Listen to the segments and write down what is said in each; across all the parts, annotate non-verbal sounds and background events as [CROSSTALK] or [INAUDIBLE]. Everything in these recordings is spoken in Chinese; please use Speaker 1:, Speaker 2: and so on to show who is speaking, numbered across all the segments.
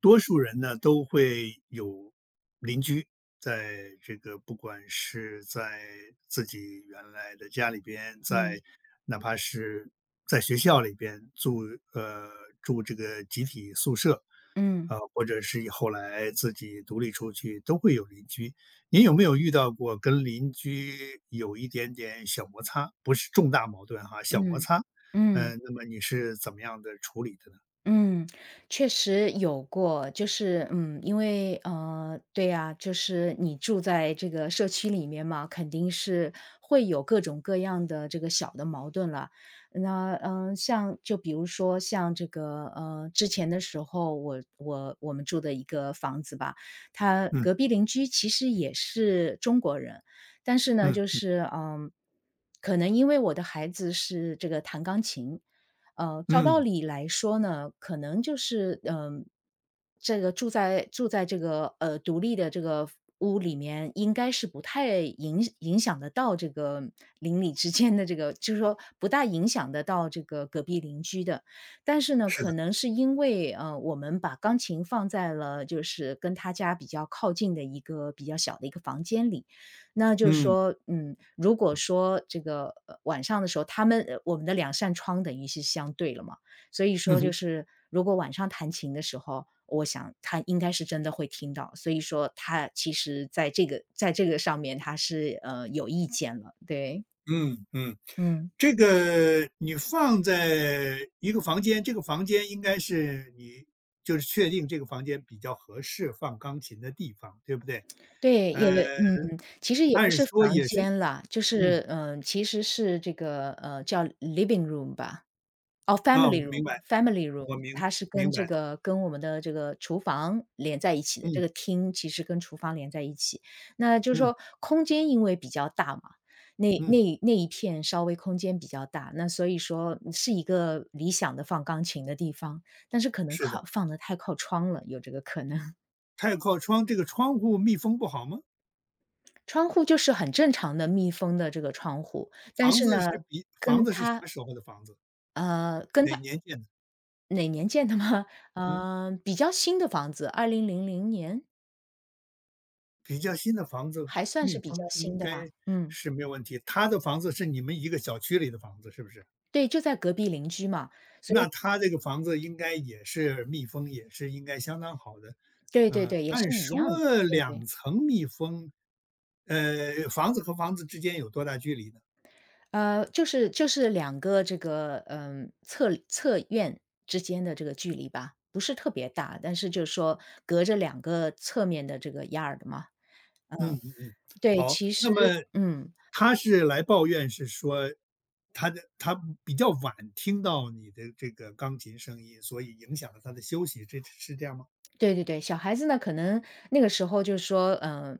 Speaker 1: 多数人呢都会有邻居，在这个不管是在自己原来的家里边，
Speaker 2: 嗯
Speaker 1: 在哪怕是在学校里边呃住这个集体宿舍，
Speaker 2: 嗯
Speaker 1: 啊、或者是以后来自己独立出去，都会有邻居。您有没有遇到过跟邻居有一点点小摩擦？不是重大矛盾哈，小摩
Speaker 2: 嗯
Speaker 1: 擦。
Speaker 2: 嗯
Speaker 1: 那么你是怎么样的处理的呢？
Speaker 2: 嗯，确实有过，就是因为对呀，就是你住在这个社区里面嘛，肯定是会有各种各样的这个小的矛盾了。那像就比如说像这个之前的时候我们住的一个房子吧，他
Speaker 1: 嗯
Speaker 2: 隔壁邻居其实也是中国人。但是呢，就
Speaker 1: 嗯
Speaker 2: 是可能因为我的孩子是这个弹钢琴。照道
Speaker 1: 嗯
Speaker 2: 理来说呢，可能就是这个住在这个独立的这个屋里面，应该是不太影响得到这个邻里之间的这个，就是说不大影响得到这个隔壁邻居的。但是呢，可能是因为我们把钢琴放在了就是跟他家比较靠近的一个比较小的一个房间里，那就是
Speaker 1: 嗯
Speaker 2: 说，如果说这个，晚上的时候，我们的两扇窗等于是相对了嘛，所以
Speaker 1: 嗯
Speaker 2: 说
Speaker 1: 哼，
Speaker 2: 就是如果晚上弹琴的时候，我想他应该是真的会听到，所以说他其实在这个上面他是，有意见了，对，
Speaker 1: 嗯嗯，
Speaker 2: 嗯。
Speaker 1: 这个你放在一个房间，这个房间应该是你就是确定这个房间比较合适放钢琴的地方，对不对？
Speaker 2: 对，
Speaker 1: 呃，
Speaker 2: 嗯，其实也不
Speaker 1: 按
Speaker 2: 是
Speaker 1: 说
Speaker 2: 房
Speaker 1: 也是，
Speaker 2: 间啦，就
Speaker 1: 嗯，
Speaker 2: 是其实是这个叫 living room 吧。哦
Speaker 1: 啊，我
Speaker 2: ，family
Speaker 1: 明白，
Speaker 2: room，family
Speaker 1: 我
Speaker 2: room，
Speaker 1: 明
Speaker 2: 它是跟
Speaker 1: 明
Speaker 2: 这
Speaker 1: 白，
Speaker 2: 个跟我们的这个厨房连在一起的，这
Speaker 1: 嗯
Speaker 2: 个厅其实跟厨房连在一起。那就是
Speaker 1: 嗯
Speaker 2: 说空间因为比较大嘛，那
Speaker 1: 嗯，
Speaker 2: 那那一片稍微空间比较大，那所以说是一个理想的放钢琴的地方，但是可能
Speaker 1: 是的，
Speaker 2: 靠放的太靠窗了，有这个可能。
Speaker 1: 太靠窗，这个窗户密封不好吗？
Speaker 2: 窗户就是很正常的密封的这个窗户，但是呢，
Speaker 1: 房
Speaker 2: 跟
Speaker 1: 子是什
Speaker 2: 他
Speaker 1: 么时候的房子？
Speaker 2: 呃，跟
Speaker 1: 哪
Speaker 2: 他
Speaker 1: 年建的？
Speaker 2: 哪年建的嘛？[LAUGHS]
Speaker 1: 嗯。
Speaker 2: 比较新的房子2000年，
Speaker 1: 比较新的房子，
Speaker 2: 还算
Speaker 1: 密
Speaker 2: 是比较
Speaker 1: 封应
Speaker 2: 新的
Speaker 1: 该
Speaker 2: 吧。嗯，
Speaker 1: 是没有问题。他的房子是你们一个小区里的房子，是不是？
Speaker 2: 对，就在隔壁邻居嘛，所
Speaker 1: 那
Speaker 2: 以
Speaker 1: 他这个房子应该也是密封，也是应该相当好的。
Speaker 2: 对对对，也是
Speaker 1: 按
Speaker 2: 一样的，
Speaker 1: 说
Speaker 2: 对对。
Speaker 1: 两层密封，房子和房子之间有多大距离呢？
Speaker 2: 就是两个这个，侧院之间的这个距离吧，不是特别大，但是就是说隔着两个侧面的这个 y a 的嘛。
Speaker 1: 嗯
Speaker 2: 嗯，
Speaker 1: 嗯嗯，
Speaker 2: 对，
Speaker 1: 好，
Speaker 2: 其
Speaker 1: 那
Speaker 2: 实
Speaker 1: 么
Speaker 2: 嗯。
Speaker 1: 他是来抱怨，是说他比较晚听到你的这个钢琴声音，所以影响了他的休息，这是这样吗？
Speaker 2: 对对对，小孩子呢，可能那个时候就是说，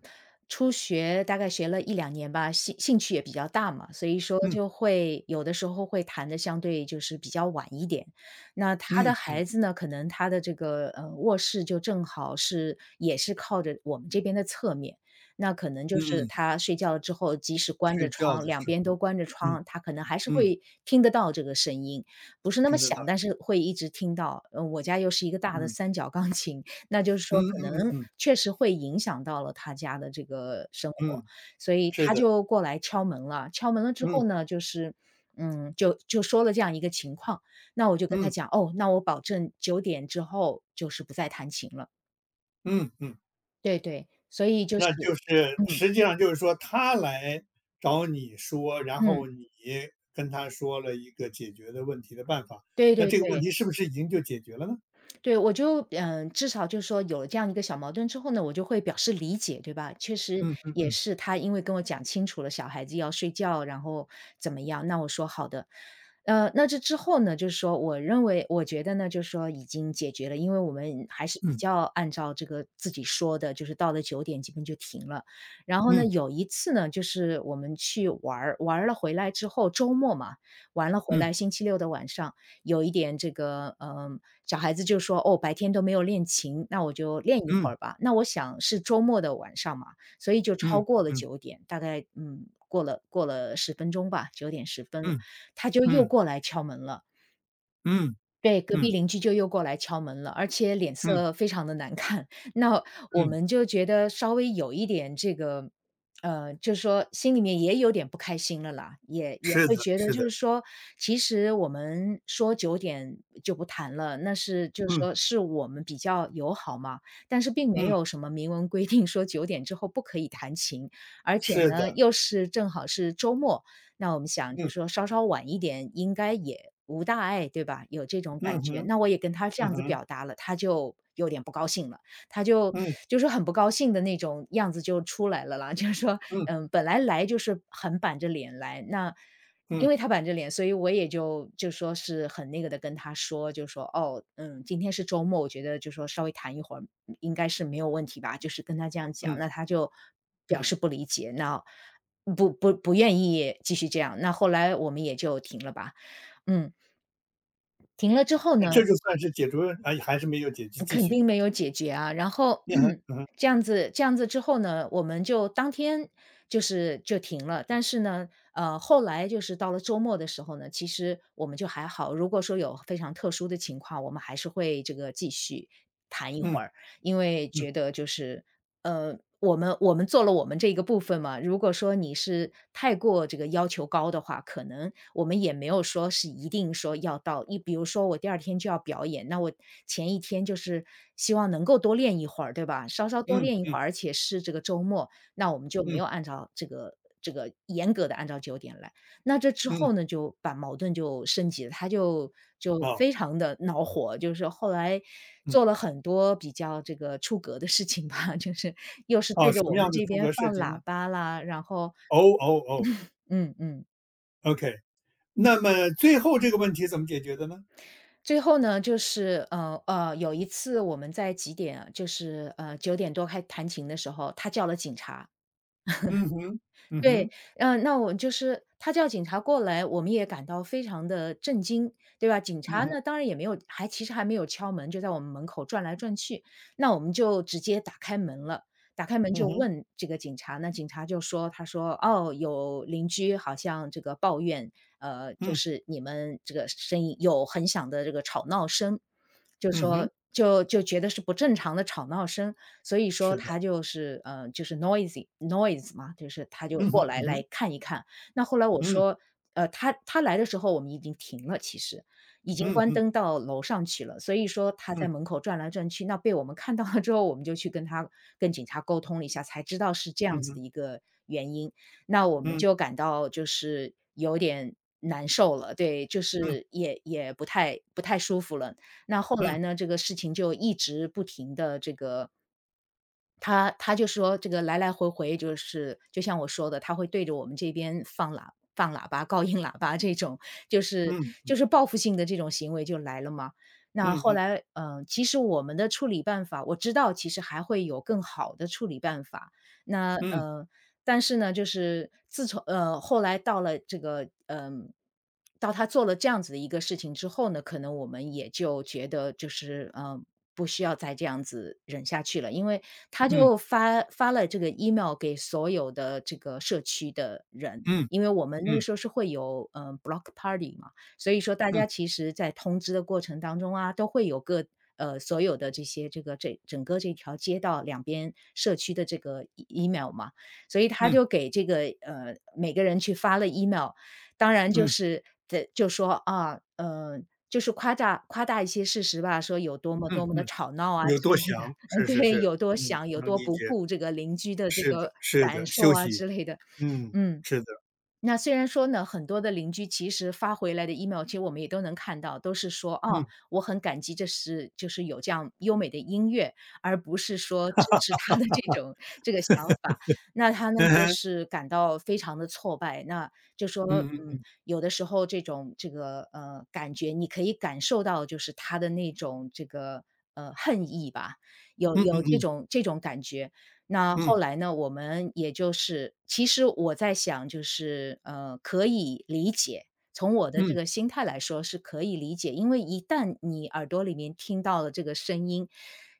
Speaker 2: 初学大概学了一两年吧，兴趣也比较大嘛，所以说
Speaker 1: 嗯
Speaker 2: 就会有的时候会弹的相对就是比较晚一点。那他的
Speaker 1: 嗯
Speaker 2: 孩子呢，可能他的这个，卧室就正好是也是靠着我们这边的侧面，那可能就是
Speaker 1: 嗯。
Speaker 2: 他睡觉了之后，即使关
Speaker 1: 睡
Speaker 2: 着
Speaker 1: 觉的
Speaker 2: 窗，两
Speaker 1: 时
Speaker 2: 边
Speaker 1: 候，
Speaker 2: 都关着
Speaker 1: 嗯
Speaker 2: 窗，他可能还是
Speaker 1: 嗯，
Speaker 2: 会听得到这个声音，不是那
Speaker 1: 听
Speaker 2: 么
Speaker 1: 得到，
Speaker 2: 响，但是会一直听到。嗯，我家又是一个大的
Speaker 1: 嗯
Speaker 2: 三角钢琴，那就是
Speaker 1: 嗯
Speaker 2: 说可
Speaker 1: 嗯嗯
Speaker 2: 能
Speaker 1: 嗯
Speaker 2: 确实会影响到了他家的这个生
Speaker 1: 嗯，
Speaker 2: 活，所以
Speaker 1: 是
Speaker 2: 他
Speaker 1: 的，
Speaker 2: 就过来敲门了。敲门了之
Speaker 1: 嗯
Speaker 2: 后呢，就是就说了这样一个情况，那我就跟
Speaker 1: 嗯
Speaker 2: 他讲：“哦，那我保证九点之后就是不再弹琴了。”
Speaker 1: 嗯嗯，
Speaker 2: 对对，所以就是
Speaker 1: 那就是
Speaker 2: 嗯，
Speaker 1: 实际上就是说他来找你说，然
Speaker 2: 嗯，
Speaker 1: 后你跟他说了一个解决的问题的办法，
Speaker 2: 对
Speaker 1: 那
Speaker 2: 对
Speaker 1: 这个问
Speaker 2: 对。
Speaker 1: 题是不是已经就解决了呢？
Speaker 2: 对，我就至少就是说有了这样一个小矛盾之后呢，我就会表示理解，对吧？确实
Speaker 1: 嗯
Speaker 2: 也是他因为跟我讲清楚了，小孩子要睡觉，然后怎么样，那我说好的。那这之后呢，就是说，我认为，我觉得呢，就是说已经解决了，因为我们还是比
Speaker 1: 嗯
Speaker 2: 较按照这个自己说的，就是到了九点基本就停了。然后呢，
Speaker 1: 嗯
Speaker 2: 有一次呢，就是我们去玩儿玩儿了回来之后，周末嘛，玩了回
Speaker 1: 嗯
Speaker 2: 来，星期六的晚上有一点这个，小孩子就说：“哦，白天都没有练琴，那我就练一会
Speaker 1: 嗯
Speaker 2: 儿吧。”那我想是周末的晚上嘛，所以就超
Speaker 1: 嗯
Speaker 2: 过了
Speaker 1: 嗯
Speaker 2: 九点，大概，过了10分钟吧9点10分，
Speaker 1: 嗯
Speaker 2: 他就又
Speaker 1: 嗯
Speaker 2: 过来敲门了。
Speaker 1: 嗯
Speaker 2: 对，隔壁
Speaker 1: 嗯
Speaker 2: 邻居就又过来敲门了，而且脸
Speaker 1: 嗯
Speaker 2: 色非常的难看。[LAUGHS] 那我
Speaker 1: 嗯，
Speaker 2: 们就觉得稍微有一点这个，就是说心里面也有点不开心了啦，也也
Speaker 1: 是的，
Speaker 2: 会觉得
Speaker 1: 是的，
Speaker 2: 就是说，其实我们说九点就不谈了，那是就是
Speaker 1: 嗯
Speaker 2: 说是我们比较友好嘛，但是并没
Speaker 1: 嗯，
Speaker 2: 有什么明文规定说九点之后不可以弹琴，而且
Speaker 1: 是的，
Speaker 2: 呢，又是正好是周末，那我们想就
Speaker 1: 嗯
Speaker 2: 说稍稍晚一点应该也无大碍，对吧？有这种
Speaker 1: 嗯
Speaker 2: 感觉。
Speaker 1: 哼
Speaker 2: 那我也跟他这
Speaker 1: 嗯
Speaker 2: 样子
Speaker 1: 哼
Speaker 2: 表达了，他就有点不高兴了，他就
Speaker 1: 嗯
Speaker 2: 就是很不高兴的那种样子就出来了啦，[LAUGHS] 就是说，
Speaker 1: 嗯
Speaker 2: 本来就是很板着脸来，那因
Speaker 1: 嗯
Speaker 2: 为他板着脸，所以我也就说是很那个的跟他说，就说哦，今天是周末，我觉得就说稍微谈一会儿应该是没有问题吧，就是跟他这样讲，
Speaker 1: 嗯
Speaker 2: 那他就表
Speaker 1: 嗯。
Speaker 2: 示不理解，那不愿意继续这样，那后来我们也就停了吧。嗯，停了之后呢，
Speaker 1: 这个算是解除了哎，还是没有解决，继
Speaker 2: 肯
Speaker 1: 续。
Speaker 2: 定没有解决啊，然后
Speaker 1: 嗯
Speaker 2: [CLEARS THROAT] 这样子之后呢，我们就当天就停了。但是呢，后来就是到了周末的时候呢，其实我们就还好，如果说有非常特殊的情况，我们还是会这个继续谈一会
Speaker 1: 嗯
Speaker 2: 儿，因为觉得就是我们做了我们这一个部分嘛。如果说你是太过这个要求高的话，可能我们也没有说是一定说要到一比如说我第二天就要表演，那我前一天就是希望能够多练一会儿，对吧？稍稍多
Speaker 1: 嗯嗯
Speaker 2: 练一会
Speaker 1: 嗯
Speaker 2: 儿，而且是这个周末，那我们就没
Speaker 1: 嗯
Speaker 2: 有按照这个严格的按照九点来。那这之
Speaker 1: 嗯，
Speaker 2: 后呢，就把矛盾就升级了，他就
Speaker 1: 哦，
Speaker 2: 非常的恼火，就是后来
Speaker 1: 嗯，
Speaker 2: 做了很多比较这个出格的事情吧，[LAUGHS] 就是又是
Speaker 1: 哦，
Speaker 2: 对
Speaker 1: 什
Speaker 2: 着
Speaker 1: 么
Speaker 2: 我们
Speaker 1: 样的
Speaker 2: 这
Speaker 1: 出
Speaker 2: 边
Speaker 1: 格设
Speaker 2: 放
Speaker 1: 计呢？
Speaker 2: 喇叭啦，然后
Speaker 1: 哦哦哦
Speaker 2: 嗯嗯。
Speaker 1: ，OK。那么最后这个问题怎么解决的呢？
Speaker 2: 最后呢，就是，有一次我们在几点啊就是，9点多开弹琴的时候，他叫了警察。
Speaker 1: 嗯哼，嗯
Speaker 2: 对，
Speaker 1: 哼，
Speaker 2: 那我就是他叫警察过来，我们也感到非常的震惊，对吧？警
Speaker 1: 嗯
Speaker 2: 察
Speaker 1: 哼，
Speaker 2: 呢，当然也没有还其实还没有敲门，就在我们门口转来转去，那我们就直接打开门了。打开门
Speaker 1: 嗯
Speaker 2: 就
Speaker 1: 哼，
Speaker 2: 问这个警察，那警察就说，他说：“哦，有邻居好像这个抱怨，就
Speaker 1: 嗯，
Speaker 2: 是你们这个声音有很响的这个吵闹声。”就
Speaker 1: 嗯哼，
Speaker 2: 说就觉得是不正常的吵闹声，所以说
Speaker 1: 是的，
Speaker 2: 他就是noisy noise 嘛，就是他就
Speaker 1: 嗯
Speaker 2: 过
Speaker 1: 哼，
Speaker 2: 来
Speaker 1: 嗯哼，
Speaker 2: 看一看。那后来我
Speaker 1: 嗯
Speaker 2: 说，他来的时候我们已经停了，其实已经
Speaker 1: 嗯
Speaker 2: 关
Speaker 1: 嗯
Speaker 2: 灯到楼上去了，所以说他
Speaker 1: 嗯
Speaker 2: 在门口转来转去，那被我们看到了之后，我们就去跟警察沟通了一下，才知道是这样
Speaker 1: 嗯
Speaker 2: 子
Speaker 1: 哼，
Speaker 2: 的一个原因。那我们
Speaker 1: 嗯
Speaker 2: 就感到就是有点难受了，对，就
Speaker 1: 嗯
Speaker 2: 是也不太舒服了。那后
Speaker 1: 嗯
Speaker 2: 来呢，这个事情就一直不停的这个他就说这个来来回回就是就像我说的，他会对着我们这边放喇叭、高音喇叭这种，就是就
Speaker 1: 嗯
Speaker 2: 是报复性的这种行为就来了嘛。那
Speaker 1: 嗯
Speaker 2: 后
Speaker 1: 嗯
Speaker 2: 来，其实我们的处理办法，我知道其实还会有更好的处理办法。那
Speaker 1: 嗯
Speaker 2: 但是呢，就是自从后来到了这个到他做了这样子的一个事情之后呢，可能我们也就觉得就是不需要再这样子忍下去了，因为他
Speaker 1: 嗯嗯
Speaker 2: 就发了这个 email 给所有的这个社区的人。
Speaker 1: 嗯
Speaker 2: 因为我们那个
Speaker 1: 嗯
Speaker 2: 时候是会有block party 嘛，所以说大家其实在通知的过程当中啊，都会有个所有的这些这个这整个这条街道两边社区的这个 email 嘛，所以他
Speaker 1: 嗯
Speaker 2: 就给这个每个人去发了 email，当然就
Speaker 1: 嗯
Speaker 2: 是的就说啊，就是夸大一些事实吧，说有多么
Speaker 1: 嗯
Speaker 2: 多么的
Speaker 1: 嗯，
Speaker 2: 吵闹啊
Speaker 1: 有
Speaker 2: 之
Speaker 1: 多
Speaker 2: 类的，
Speaker 1: 想，
Speaker 2: [LAUGHS] 嗯，
Speaker 1: 是是
Speaker 2: 对，
Speaker 1: 是，
Speaker 2: 有多
Speaker 1: 嗯，
Speaker 2: 想有
Speaker 1: 能
Speaker 2: 多
Speaker 1: 理
Speaker 2: 不
Speaker 1: 解。
Speaker 2: 顾这个邻居的这
Speaker 1: 是的
Speaker 2: 个
Speaker 1: 是
Speaker 2: 感
Speaker 1: 的，
Speaker 2: 受
Speaker 1: 休
Speaker 2: 啊
Speaker 1: 息，
Speaker 2: 之类的，
Speaker 1: 嗯，
Speaker 2: 嗯。
Speaker 1: 是的，
Speaker 2: 那虽然说呢，很多的邻居其实发回来的 email，其实我们也都能看到，都是说哦，
Speaker 1: 嗯，
Speaker 2: 我很感激这是就是有这样优美的音乐，而不是说支持他的这种这个想法。那他呢，
Speaker 1: 嗯
Speaker 2: 就
Speaker 1: 哼，
Speaker 2: 是感到非常的挫败，那就说
Speaker 1: 嗯
Speaker 2: 嗯，
Speaker 1: 嗯
Speaker 2: 有的时候这种这个感觉，你可以感受到就是他的那种这个。恨意吧，有
Speaker 1: 嗯嗯
Speaker 2: 有这
Speaker 1: 嗯
Speaker 2: 种这种感觉，那
Speaker 1: 嗯
Speaker 2: 后来呢，我们也就是其实我在想，就是，可以理解，从我的这
Speaker 1: 嗯，
Speaker 2: 个心态来说是可以理解，因为一旦你耳朵里面听到了这个声音，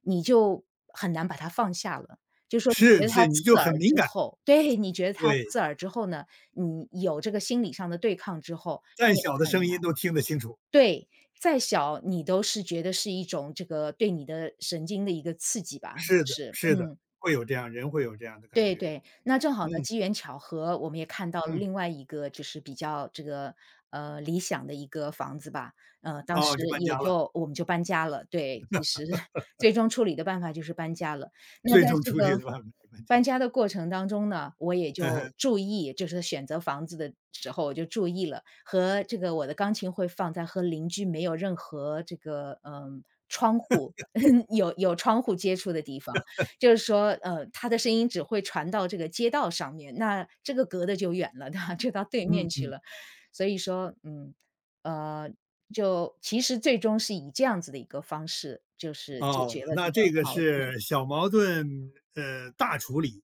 Speaker 2: 你就很难把它放下了。就说你
Speaker 1: 是
Speaker 2: 觉得
Speaker 1: 是，
Speaker 2: 它
Speaker 1: 你就
Speaker 2: 刺耳
Speaker 1: 很敏
Speaker 2: 之
Speaker 1: 感，
Speaker 2: 后 [LAUGHS] 对，你觉得它
Speaker 1: 对，
Speaker 2: 刺耳之后呢，你有这个心理上的对抗之后，
Speaker 1: 再
Speaker 2: 你
Speaker 1: 小的声
Speaker 2: 很难
Speaker 1: 音都听得清楚，
Speaker 2: 对，再小你都是觉得是一种这个对你的神经的一个刺激吧，就
Speaker 1: 是的
Speaker 2: 是，
Speaker 1: 是的，
Speaker 2: 嗯。
Speaker 1: 会有这样的感
Speaker 2: 对
Speaker 1: 觉，
Speaker 2: 对，那正好呢，
Speaker 1: 嗯
Speaker 2: 机缘巧合，我们也看到了
Speaker 1: 嗯，
Speaker 2: 另外一个就是比较这个，理想的一个房子吧。当
Speaker 1: 哦，
Speaker 2: 时
Speaker 1: 就搬
Speaker 2: 也
Speaker 1: 家了，
Speaker 2: 就我们就搬家了，对，其实 [LAUGHS] 最终处理的办法就是搬家了。那
Speaker 1: 最
Speaker 2: 在
Speaker 1: 终
Speaker 2: 这
Speaker 1: 出去
Speaker 2: 个
Speaker 1: 的办法是搬家，
Speaker 2: 搬家的过程当中呢，我也
Speaker 1: 嗯
Speaker 2: 就
Speaker 1: 哼，
Speaker 2: 注意，就是选择房子的时候我就注意了，和这个我的钢琴会放在和邻居没有任何这个，嗯，窗户 [LAUGHS] 有窗户接触的地方。就是说，他的声音只会传到这个街道上面，那这个隔得就远了，[LAUGHS] 对吧？就到对
Speaker 1: 嗯
Speaker 2: 面去
Speaker 1: 嗯，
Speaker 2: 了。所以说，嗯，呃，就其实最终是以这样子的一个方式，就是解
Speaker 1: 哦，
Speaker 2: 决了这
Speaker 1: 那
Speaker 2: 个
Speaker 1: 这个
Speaker 2: 矛盾，
Speaker 1: 是小矛盾，大处理，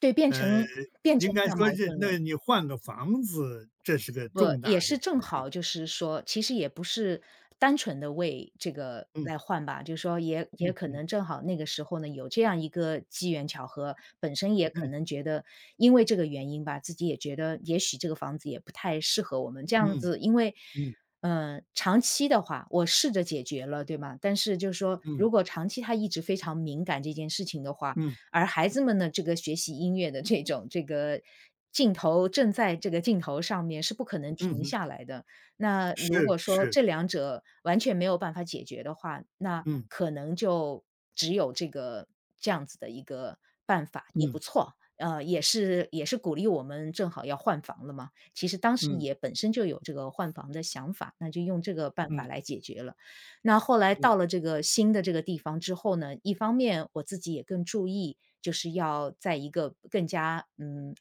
Speaker 2: 对，
Speaker 1: 呃，
Speaker 2: 变
Speaker 1: 应
Speaker 2: 成
Speaker 1: 该
Speaker 2: 大
Speaker 1: 说
Speaker 2: 矛
Speaker 1: 是
Speaker 2: 盾了。
Speaker 1: 那你换个房子，这是个
Speaker 2: 不，
Speaker 1: 重大
Speaker 2: 也
Speaker 1: 的
Speaker 2: 是正
Speaker 1: 决定，
Speaker 2: 好就是说，其实也不是单纯的为这个
Speaker 1: 嗯
Speaker 2: 来换吧，就是说也
Speaker 1: 嗯
Speaker 2: 可
Speaker 1: 嗯
Speaker 2: 能正好那个时候呢，有这样一个机缘巧合，本身也可
Speaker 1: 嗯。
Speaker 2: 能觉得因为这个原因吧，自己也觉得也许这个房子也不太适合我们这样
Speaker 1: 嗯
Speaker 2: 子，因为，
Speaker 1: 嗯
Speaker 2: 嗯，长期的话，我试着解决了，对吗？但是就是说，
Speaker 1: 嗯
Speaker 2: 如果长期他一直非常敏感这件事情的话，
Speaker 1: 嗯
Speaker 2: 而孩子们呢，这个学习音乐的这种这个镜头正在这个镜头上面是不可能
Speaker 1: 嗯
Speaker 2: 停
Speaker 1: 哼，
Speaker 2: 下来的。那如
Speaker 1: 是
Speaker 2: 果说
Speaker 1: 是，
Speaker 2: 这两者完全没有办法解决的话，那
Speaker 1: 嗯
Speaker 2: 可能就只有这个这样子的一个办法，也不
Speaker 1: 嗯
Speaker 2: 错。也是鼓励我们正好要换房了嘛，其实当时
Speaker 1: 嗯
Speaker 2: 也本身就有这个换房的想法，那就用这个办法来
Speaker 1: 嗯
Speaker 2: 解决了。那后来到
Speaker 1: 嗯
Speaker 2: 了这个新的这个地方之后呢，一方面我自己也更注意，就是要在一个更加嗯，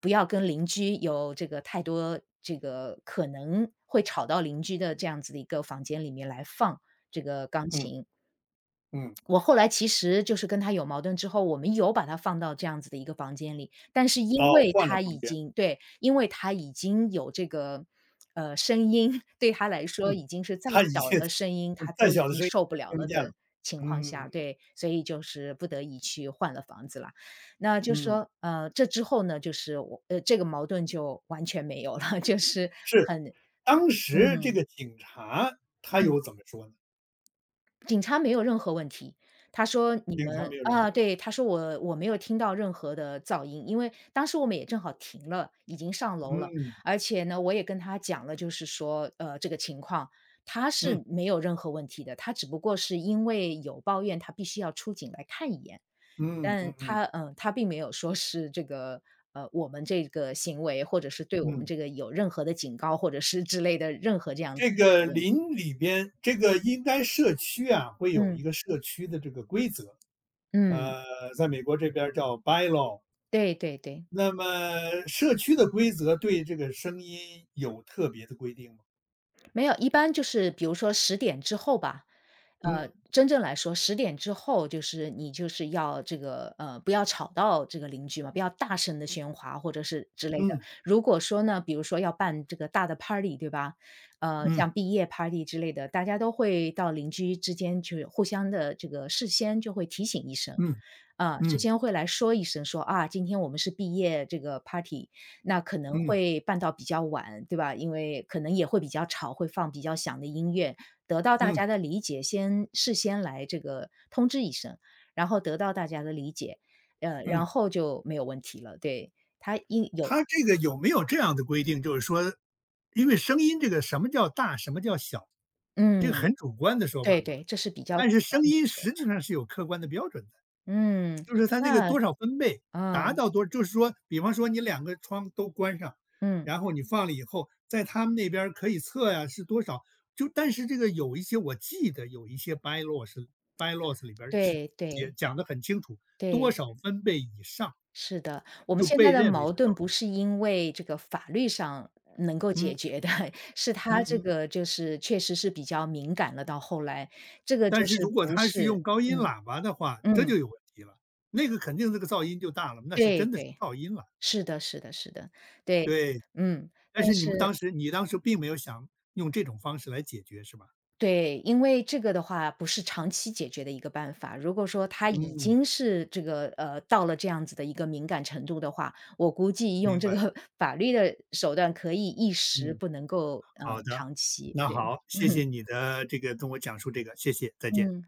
Speaker 2: 不要跟邻居有这个太多这个可能会吵到邻居的这样子的一个房间里面来放这个钢
Speaker 1: 嗯
Speaker 2: 琴。
Speaker 1: 嗯，
Speaker 2: 我后来其实就是跟他有矛盾之后，我们有把他放到这样子的一个房间里，但是因
Speaker 1: 哦，
Speaker 2: 为
Speaker 1: 换了
Speaker 2: 他
Speaker 1: 房
Speaker 2: 已
Speaker 1: 间，
Speaker 2: 经对，因为他已经有这个，声音，对他来说
Speaker 1: 嗯，
Speaker 2: 已经是再
Speaker 1: 他已
Speaker 2: 小
Speaker 1: 经
Speaker 2: 的声音，他
Speaker 1: [LAUGHS] 再
Speaker 2: 都已
Speaker 1: 小的
Speaker 2: 经
Speaker 1: 声音
Speaker 2: 受不了
Speaker 1: 也听不
Speaker 2: 了
Speaker 1: 见了，
Speaker 2: 的情况
Speaker 1: 嗯
Speaker 2: 下，对，所以就是不得已去换了房子了。那就是
Speaker 1: 嗯嗯，
Speaker 2: 说，这之后呢，就是我这个矛盾就完全没有了，[LAUGHS] 就是
Speaker 1: 是，
Speaker 2: 很
Speaker 1: 当时这
Speaker 2: 嗯，
Speaker 1: 个警察他
Speaker 2: 嗯。
Speaker 1: 有怎么说呢？
Speaker 2: 警察没有任何问题。他说：“你
Speaker 1: 警察
Speaker 2: 们”
Speaker 1: 没有任何
Speaker 2: 啊，
Speaker 1: 关系，
Speaker 2: 对，他说：“我没有听到任何的噪音。”因为当时我们也正好停了，已经上
Speaker 1: 嗯
Speaker 2: 楼了，
Speaker 1: 嗯
Speaker 2: 而且呢，我也跟他讲了，就是说，这个情况，他
Speaker 1: 嗯
Speaker 2: 是没有任何问题的，他只不过是因为有抱怨，他必须要出警来看一眼，
Speaker 1: 嗯
Speaker 2: 但
Speaker 1: 嗯
Speaker 2: 他嗯，他并没有说是这个，我们这个行为，或者是对我们
Speaker 1: 嗯，
Speaker 2: 这个有任何的警告，或者是之类的任何这样子
Speaker 1: 这个
Speaker 2: 的问题。
Speaker 1: 林里边，这个应该社区啊会有一
Speaker 2: 嗯，
Speaker 1: 个社区的这个规则，
Speaker 2: 嗯，
Speaker 1: 呃，在美国这边儿叫 bylaw。
Speaker 2: 对对对。
Speaker 1: 那么社区的规则对这个声音有特别的规定吗？
Speaker 2: 没有，一般就是比如说十点之后吧，
Speaker 1: 嗯
Speaker 2: 真正来说十点之后就是你就是要这个，不要吵到这个邻居嘛，不要大声的喧哗或者是之类的。
Speaker 1: 嗯
Speaker 2: 如果说呢，比如说要办这个大的 party 对吧？
Speaker 1: 嗯
Speaker 2: 像毕业 party 之类的，大家都会到邻居之间去互相的这个事先就会提醒一声。
Speaker 1: 嗯
Speaker 2: 啊，事
Speaker 1: 嗯
Speaker 2: 先会来说一声说，啊，今天我们是毕业这个 party，那可能
Speaker 1: 嗯
Speaker 2: 会办到比较晚，对吧？因为可能也会比较吵，会放比较响的音乐，得到大
Speaker 1: 嗯
Speaker 2: 家的理解，先事先来这个通知一声，然后得到大家的理解，
Speaker 1: 嗯，
Speaker 2: 然后就没有问题了。对，他应有
Speaker 1: 它这个有没有这样的规定？就是说，因为声音这个什么叫大，什么叫小，这个
Speaker 2: 嗯，
Speaker 1: 很主观的说法
Speaker 2: 对
Speaker 1: 嘛。
Speaker 2: 对，这是比较主
Speaker 1: 但是
Speaker 2: 观
Speaker 1: 声
Speaker 2: 的一
Speaker 1: 音
Speaker 2: 个说
Speaker 1: 实际
Speaker 2: 法。
Speaker 1: 上是有客观的标准的。
Speaker 2: 嗯，
Speaker 1: 就是它那个
Speaker 2: 那
Speaker 1: 多少分贝，达
Speaker 2: 嗯
Speaker 1: 到多就是说，比方说你两个窗都关上，
Speaker 2: 嗯，
Speaker 1: 然后你放了以后，在他们那边儿可以测呀是多少。就但是这个有一些我记得有一些 bylaws 里边儿是
Speaker 2: 对
Speaker 1: 也
Speaker 2: 对
Speaker 1: 讲的很清楚，多
Speaker 2: 对。
Speaker 1: 少分贝以上
Speaker 2: 是的，我们
Speaker 1: 就
Speaker 2: 现
Speaker 1: 被
Speaker 2: 在的
Speaker 1: 认为是
Speaker 2: 矛盾
Speaker 1: 噪
Speaker 2: 不
Speaker 1: 音。
Speaker 2: 是因为这个法律上能够解
Speaker 1: 嗯，
Speaker 2: 决的，[LAUGHS] 是他
Speaker 1: 嗯
Speaker 2: 这
Speaker 1: 嗯。
Speaker 2: 个就是确实是比较敏感了，到后来这个
Speaker 1: 但
Speaker 2: 就
Speaker 1: 是
Speaker 2: 是
Speaker 1: 如果
Speaker 2: 不
Speaker 1: 他是
Speaker 2: 是
Speaker 1: 用高音
Speaker 2: 嗯，
Speaker 1: 喇叭的话，这
Speaker 2: 嗯，
Speaker 1: 就有问题了，那个肯定这个噪音就大了，那是
Speaker 2: 对
Speaker 1: 真的是
Speaker 2: 对，
Speaker 1: 噪音了，
Speaker 2: 是的是的是的，对，
Speaker 1: 对。
Speaker 2: 嗯，
Speaker 1: 但
Speaker 2: 但
Speaker 1: 是你们当
Speaker 2: 是
Speaker 1: 时你当时并没有想用这种方式来解决是吧？
Speaker 2: 对，因为这个的话不是长期解决的一个办法。如果说他已
Speaker 1: 嗯，
Speaker 2: 经是这个到了这样子的一个敏感程度的话，我估计用
Speaker 1: 明
Speaker 2: 这个
Speaker 1: 白，
Speaker 2: [LAUGHS] 法律的手段可以一时
Speaker 1: 嗯，
Speaker 2: 不能够
Speaker 1: 好的。
Speaker 2: 长期。
Speaker 1: 那
Speaker 2: 对，
Speaker 1: 好，谢谢
Speaker 2: [LAUGHS]
Speaker 1: 你的这个跟我讲述这个，谢谢，再见。
Speaker 2: 嗯。